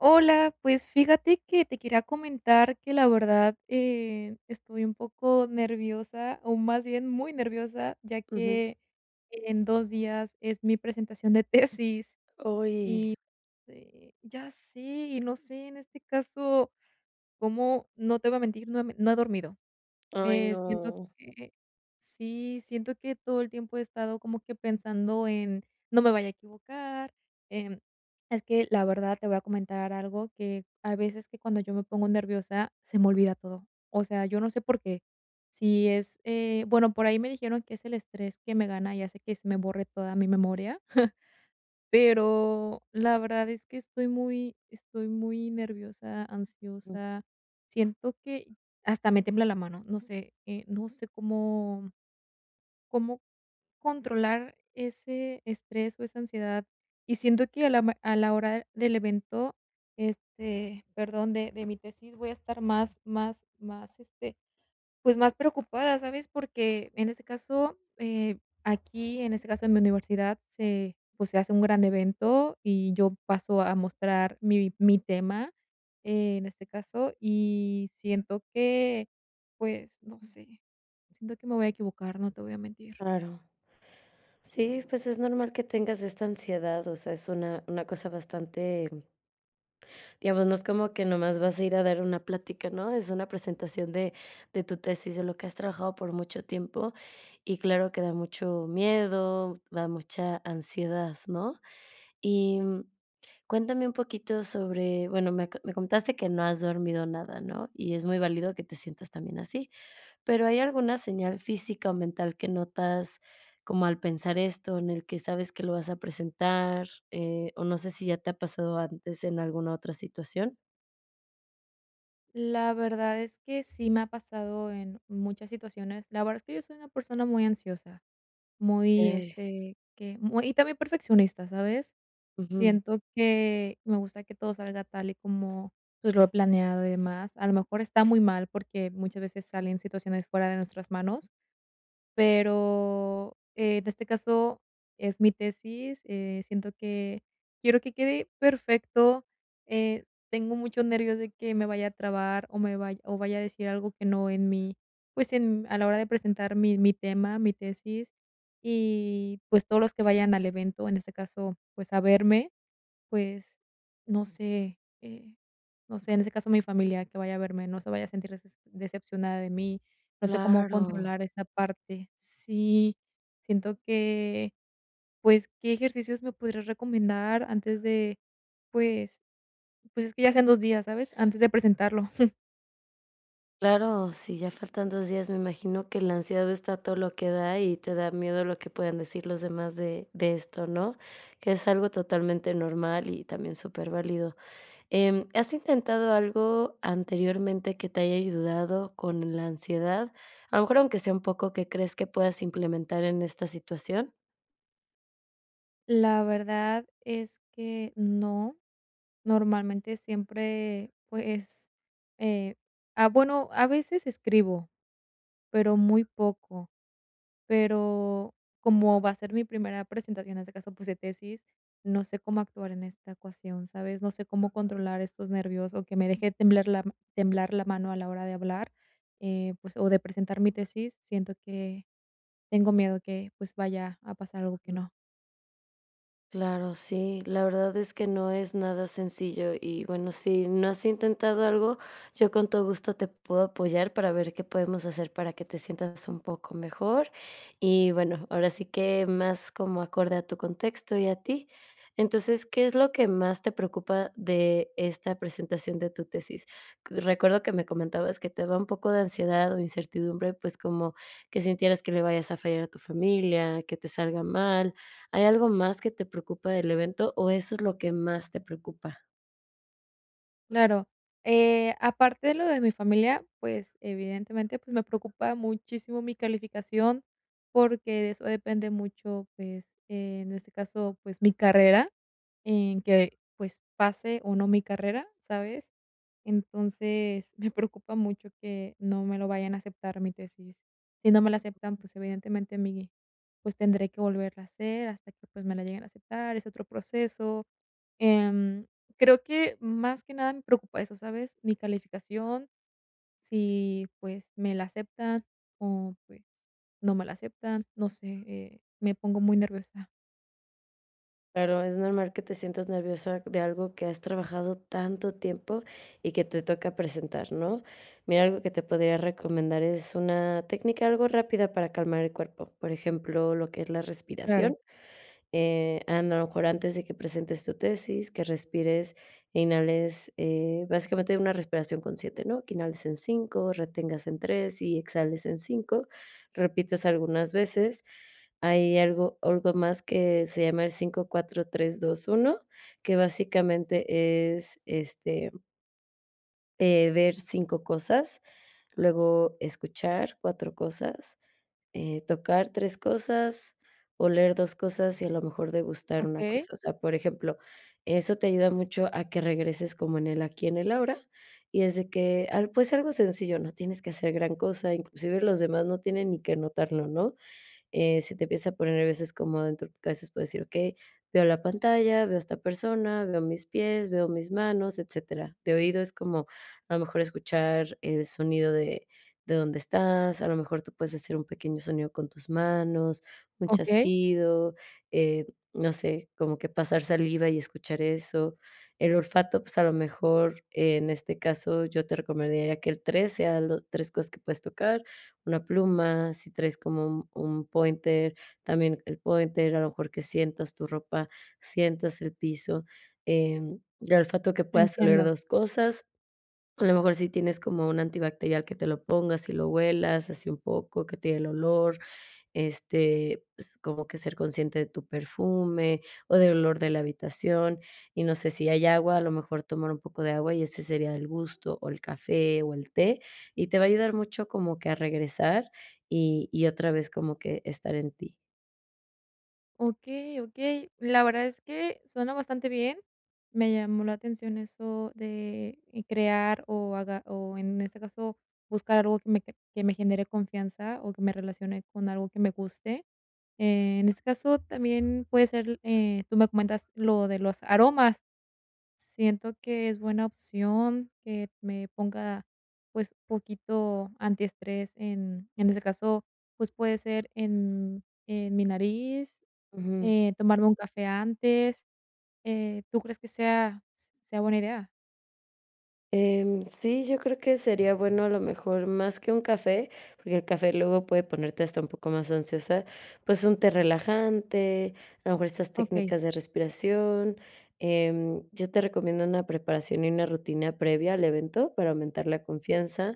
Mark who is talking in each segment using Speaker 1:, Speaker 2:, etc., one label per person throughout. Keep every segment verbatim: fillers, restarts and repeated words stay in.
Speaker 1: Hola, pues fíjate que te quería comentar que la verdad, eh, estoy un poco nerviosa, o más bien muy nerviosa, ya
Speaker 2: Ujú.
Speaker 1: que en dos días es mi presentación de tesis.
Speaker 2: Uy,
Speaker 1: Eh, ya sé, y no sé en este caso cómo. No te voy a mentir, no he no he dormido.
Speaker 2: ay,
Speaker 1: Eh, siento
Speaker 2: no,
Speaker 1: que sí, siento que todo el tiempo he estado como que pensando en: "No me vaya a equivocar". em, es que la verdad te voy a comentar algo que a veces, que cuando yo me pongo nerviosa se me olvida todo. O sea, yo no sé por qué. Si es, eh, bueno, por ahí me dijeron que es el estrés que me gana y hace que se me borre toda mi memoria. Pero la verdad es que estoy muy estoy muy nerviosa,
Speaker 2: mm,
Speaker 1: ansiosa. Siento que hasta me tembla la mano, no sé, eh, no sé cómo cómo controlar ese estrés o esa ansiedad. Y siento que a la ma a la hora del evento, este, perdón, de de mi tesis, voy a estar más más más, este, pues, más preocupada, ¿sabes? Porque en este caso, eh, aquí, en este caso, en mi universidad se pues, se hace un gran evento y yo paso a mostrar mi mi tema, eh, en este caso, y siento que, pues, no sé, siento que me voy a equivocar, no te voy a mentir.
Speaker 2: claro. Sí, pues es normal que tengas esta ansiedad, o sea, es una una cosa bastante, digamos, no es como que nomás vas a ir a dar una plática, ¿no? Es una presentación de de tu tesis, de lo que has trabajado por mucho tiempo, y claro que da mucho miedo, da mucha ansiedad, ¿no? Y, mm, cuéntame un poquito sobre, bueno, me co me contaste que no has dormido nada, ¿no? Y es muy válido que te sientas también así. Pero, ¿hay alguna señal física o mental que notas como al pensar esto, en el que sabes que lo vas a presentar? Eh, o no sé si ya te ha pasado antes en alguna otra situación.
Speaker 1: La verdad es que sí me ha pasado en muchas situaciones. La verdad es que yo soy una persona muy ansiosa. Muy,
Speaker 2: Okey.
Speaker 1: este, que muy y también perfeccionista, ¿sabes?
Speaker 2: Ujú.
Speaker 1: Siento que me gusta que todo salga tal y como, pues, lo he planeado y demás. A lo mejor está muy mal porque muchas veces salen situaciones fuera de nuestras manos. Pero, eh, en este caso, es mi tesis. Eh, siento que quiero que quede perfecto. eh, Tengo muchos nervios de que me vaya a trabar o me vaya o vaya a decir algo que no, en mi, pues, en, a la hora de presentar mi mi tema, mi tesis, y, pues, todos los que vayan al evento, en este caso, pues, a verme, pues, no sé, eh, no sé, en ese caso, mi familia, que vaya a verme, no se vaya a sentir deces decepcionada de mí. No sé cómo
Speaker 2: Claro,
Speaker 1: controlar esa parte. Sí, siento que, pues, ¿qué ejercicios me podrías recomendar antes de? Pues, pues, es que ya sean dos días, ¿sabes? Antes de presentarlo.
Speaker 2: claro, si ya faltan dos días, me imagino que la ansiedad está a todo lo que da y te da miedo lo que puedan decir los demás de de esto, ¿no? Que es algo totalmente normal y también súper válido. Em, ¿has intentado algo anteriormente que te haya ayudado con la ansiedad? A lo mejor, aunque sea un poco, que crees que puedas implementar en esta situación?
Speaker 1: La verdad es que no, normalmente siempre, pues, eh, ah, bueno, a veces escribo, pero muy poco. Pero como va a ser mi primera presentación, en este caso, pues, de tesis, no sé cómo actuar en esta ocasión, ¿sabes? No sé cómo controlar estos nervios o que me deje temblar la temblar la mano a la hora de hablar, eh, pues, o de presentar mi tesis. Siento que tengo miedo que, pues, vaya a pasar algo que no.
Speaker 2: Claro, sí, la verdad es que no es nada sencillo y, bueno, si no has intentado algo, yo con todo gusto te puedo apoyar para ver qué podemos hacer para que te sientas un poco mejor y, bueno, ahora sí que más como acorde a tu contexto y a ti. Entonces, ¿qué es lo que más te preocupa de esta presentación de tu tesis? C- Recuerdo que me comentabas que te da un poco de ansiedad o incertidumbre, pues como que sintieras que le vayas a fallar a tu familia, que te salga mal. ¿Hay algo más que te preocupa del evento o eso es lo que más te preocupa?
Speaker 1: Claro, eh, aparte de lo de mi familia, pues, evidentemente, pues, me preocupa muchísimo mi calificación, porque de eso depende mucho, pues, eh, en este caso, pues, mi carrera. En que, pues, pase o no mi carrera, ¿sabes? Entonces, me preocupa mucho que no me lo vayan a aceptar mi tesis. Si no me la aceptan, pues, evidentemente, mi, pues, tendré que volverla a hacer hasta que, pues, me la lleguen a aceptar, es otro proceso. Em, Creo que más que nada me preocupa eso, ¿sabes? Mi calificación, si, pues, me la aceptan o, pues, no me la aceptan. No sé, eh, me pongo muy nerviosa.
Speaker 2: Claro, es normal que te sientas nerviosa de algo que has trabajado tanto tiempo y que te toca presentar, ¿no? Mira, algo que te podría recomendar es una técnica algo rápida para calmar el cuerpo, por ejemplo, lo que es la respiración.
Speaker 1: Claro.
Speaker 2: Eh, a lo mejor antes de que presentes tu tesis, que respires e inhales, eh, básicamente una respiración consciente, ¿no? Que inhales en cinco, retengas en tres y exhales en cinco, repites algunas veces. Hay algo, algo más que se llama el cinco cuatro tres dos uno, que básicamente es este, eh, ver cinco cosas, luego escuchar cuatro cosas, eh, tocar tres cosas, oler dos cosas y a lo mejor degustar una cosa.
Speaker 1: Okey,
Speaker 2: O sea, por ejemplo, eso te ayuda mucho a que regreses como en el aquí, en el ahora, y es de que al pues, algo sencillo, no tienes que hacer gran cosa, inclusive los demás no tienen ni que notarlo, ¿no? Eh, si te empieza a poner a veces como dentro de tu cabeza puedes decir: "Okey, veo la pantalla, veo a esta persona, veo mis pies, veo mis manos", etcétera. De oído es como, a lo mejor, escuchar el sonido de de donde estás, a lo mejor tú puedes hacer un pequeño sonido con tus manos, un
Speaker 1: okey,
Speaker 2: chasquido, eh, no sé, como que pasar saliva y escuchar eso. El olfato, pues, a lo mejor, eh, en este caso, yo te recomendaría que el tres sea las tres cosas que puedes tocar, una pluma, si traes como un un pointer, también el pointer, a lo mejor que sientas tu ropa, sientas el piso, em, el olfato que puedas oler
Speaker 1: entiendo.
Speaker 2: dos cosas, a lo mejor si tienes como un antibacterial que te lo pongas y lo huelas así un poco, que te el olor, este, pues, como que ser consciente de tu perfume o del olor de la habitación, y no sé si hay agua, a lo mejor tomar un poco de agua y ese sería el gusto, o el café o el té, y te va a ayudar mucho como que a regresar y y otra vez como que estar en ti.
Speaker 1: Okey, okey. La verdad es que suena bastante bien. Me llamó la atención eso de, eh, crear o haga o, en este caso, buscar algo que me que que me genere confianza o que me relacione con algo que me guste. Eh, en este caso, también puede ser, eh, tú me comentas lo de los aromas. Siento que es buena opción que me ponga, pues, poquito antiestrés, en en este caso, pues, puede ser en en mi nariz.
Speaker 2: Ujú.
Speaker 1: Eh, tomarme un café antes, eh, ¿tú crees que sea sea buena idea?
Speaker 2: Em, sí, yo creo que sería bueno, a lo mejor, más que un café, porque el café luego puede ponerte hasta un poco más ansiosa, pues un té relajante, a lo mejor estas
Speaker 1: Okey.
Speaker 2: técnicas de respiración. Em, yo te recomiendo una preparación y una rutina previa al evento para aumentar la confianza.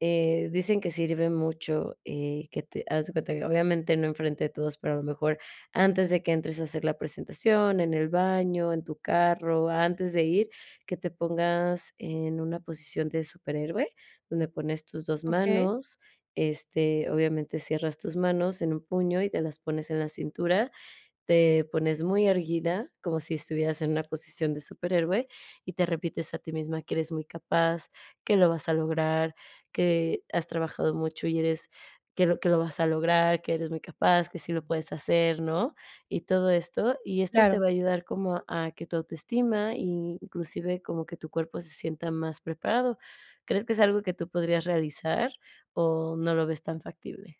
Speaker 2: Eh, dicen que sirve mucho, eh, que te haz de cuenta que obviamente no enfrente de todos, pero a lo mejor antes de que entres a hacer la presentación, en el baño, en tu carro, antes de ir, que te pongas en una posición de superhéroe, donde pones tus dos
Speaker 1: Okey,
Speaker 2: manos, este, obviamente cierras tus manos en un puño y te las pones en la cintura, te pones muy erguida, como si estuvieras en una posición de superhéroe, y te repites a ti misma que eres muy capaz, que lo vas a lograr, que has trabajado mucho y eres, que lo que lo vas a lograr, que eres muy capaz, que sí lo puedes hacer, ¿no? Y todo esto, y esto te
Speaker 1: claro.
Speaker 2: va a ayudar como a que tu autoestima, e inclusive como que tu cuerpo se sienta más preparado. ¿Crees que es algo que tú podrías realizar o no lo ves tan factible?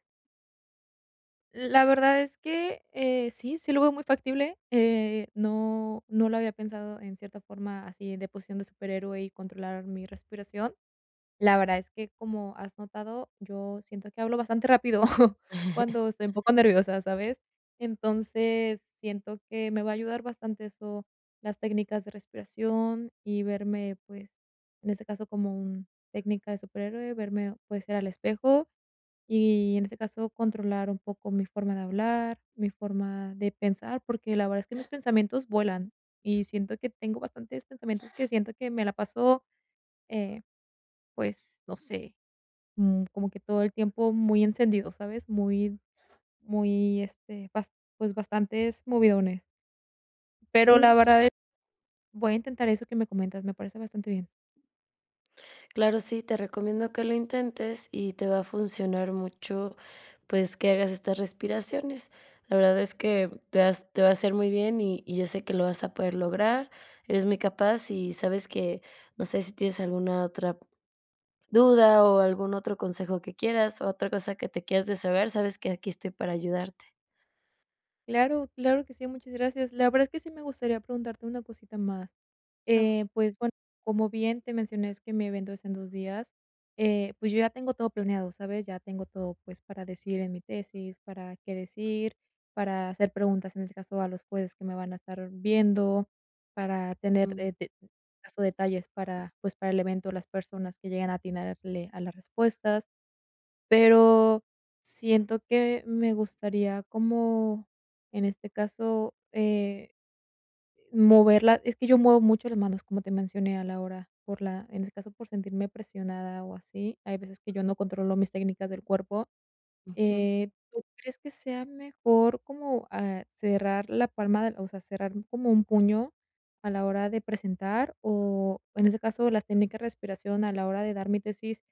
Speaker 1: La verdad es que, eh, sí, sí lo veo muy factible. eh, no no lo había pensado, en cierta forma, así de posición de superhéroe y controlar mi respiración. La verdad es que, como has notado, yo siento que hablo bastante rápido cuando estoy un poco nerviosa, ¿sabes? Entonces, siento que me va a ayudar bastante eso, las técnicas de respiración y verme, pues, en este caso, como una técnica de superhéroe, verme, puede ser al espejo, y, en este caso, controlar un poco mi forma de hablar, mi forma de pensar, porque la verdad es que mis pensamientos vuelan y siento que tengo bastantes pensamientos, que siento que me la paso, eh, pues, no sé. Mm, como que todo el tiempo muy encendido, ¿sabes? Muy muy, este, bas Pues, bastantes movidones. Pero la
Speaker 2: Sí,
Speaker 1: verdad es, voy a intentar eso que me comentas, me parece bastante bien.
Speaker 2: claro, sí, te recomiendo que lo intentes y te va a funcionar mucho, pues, que hagas estas respiraciones. La verdad es que te vas te va a hacer muy bien y y yo sé que lo vas a poder lograr. Eres muy capaz y sabes que, no sé si tienes alguna otra duda o algún otro consejo que quieras o otra cosa que te quieras desahogar, sabes que aquí estoy para ayudarte.
Speaker 1: Claro, claro que sí, muchas gracias. La verdad es que sí me gustaría preguntarte una cosita más.
Speaker 2: No,
Speaker 1: Eh, pues bueno, como bien te mencioné, es que mi evento es en dos días. Eh, pues yo ya tengo todo planeado, ¿sabes? Ya tengo todo, pues, para decir en mi tesis, para qué decir, para hacer preguntas, en este caso, a los jueces que me van a estar viendo, para tener,
Speaker 2: mm,
Speaker 1: eh, de, en este caso, detalles para, pues, para el evento, las personas que lleguen a atinarle a las respuestas. Pero siento que me gustaría como, en este caso, eh, moverla. Es que yo muevo mucho las manos, como te mencioné, a la hora, por la, en este caso, por sentirme presionada o así. Hay veces que yo no controlo mis técnicas del cuerpo.
Speaker 2: ujú.
Speaker 1: Eh, ¿tú crees que sea mejor como, ah, cerrar la palma de la, o sea, cerrar como un puño a la hora de presentar? O, en ese caso, las técnicas de respiración a la hora de dar mi tesis.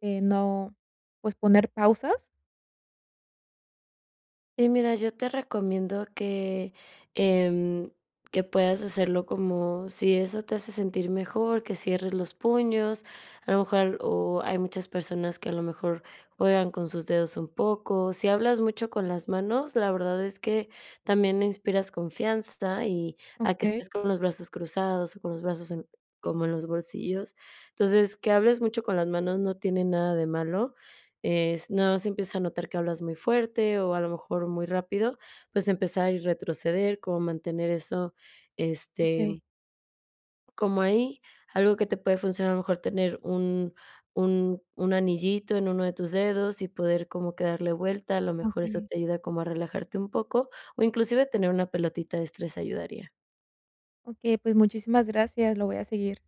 Speaker 1: eh, No, pues, poner pausas.
Speaker 2: Sí, mira, yo te recomiendo que, em, que puedas hacerlo como si eso te hace sentir mejor, que cierres los puños. A lo mejor al- o hay muchas personas que a lo mejor juegan con sus dedos un poco. Si hablas mucho con las manos, la verdad es que también inspiras confianza y a que
Speaker 1: Okey,
Speaker 2: estés con los brazos cruzados o con los brazos en- como en los bolsillos. Entonces, que hables mucho con las manos no tiene nada de malo, es no se empieza a notar que hablas muy fuerte o a lo mejor muy rápido, pues empezar y retroceder, como mantener eso, este,
Speaker 1: okey,
Speaker 2: como ahí. Algo que te puede funcionar, a lo mejor tener un un un anillito en uno de tus dedos y poder como que darle vuelta, a lo mejor eso
Speaker 1: okey,
Speaker 2: te ayuda como a relajarte un poco, o inclusive tener una pelotita de estrés ayudaría.
Speaker 1: okey, pues muchísimas gracias, lo voy a seguir.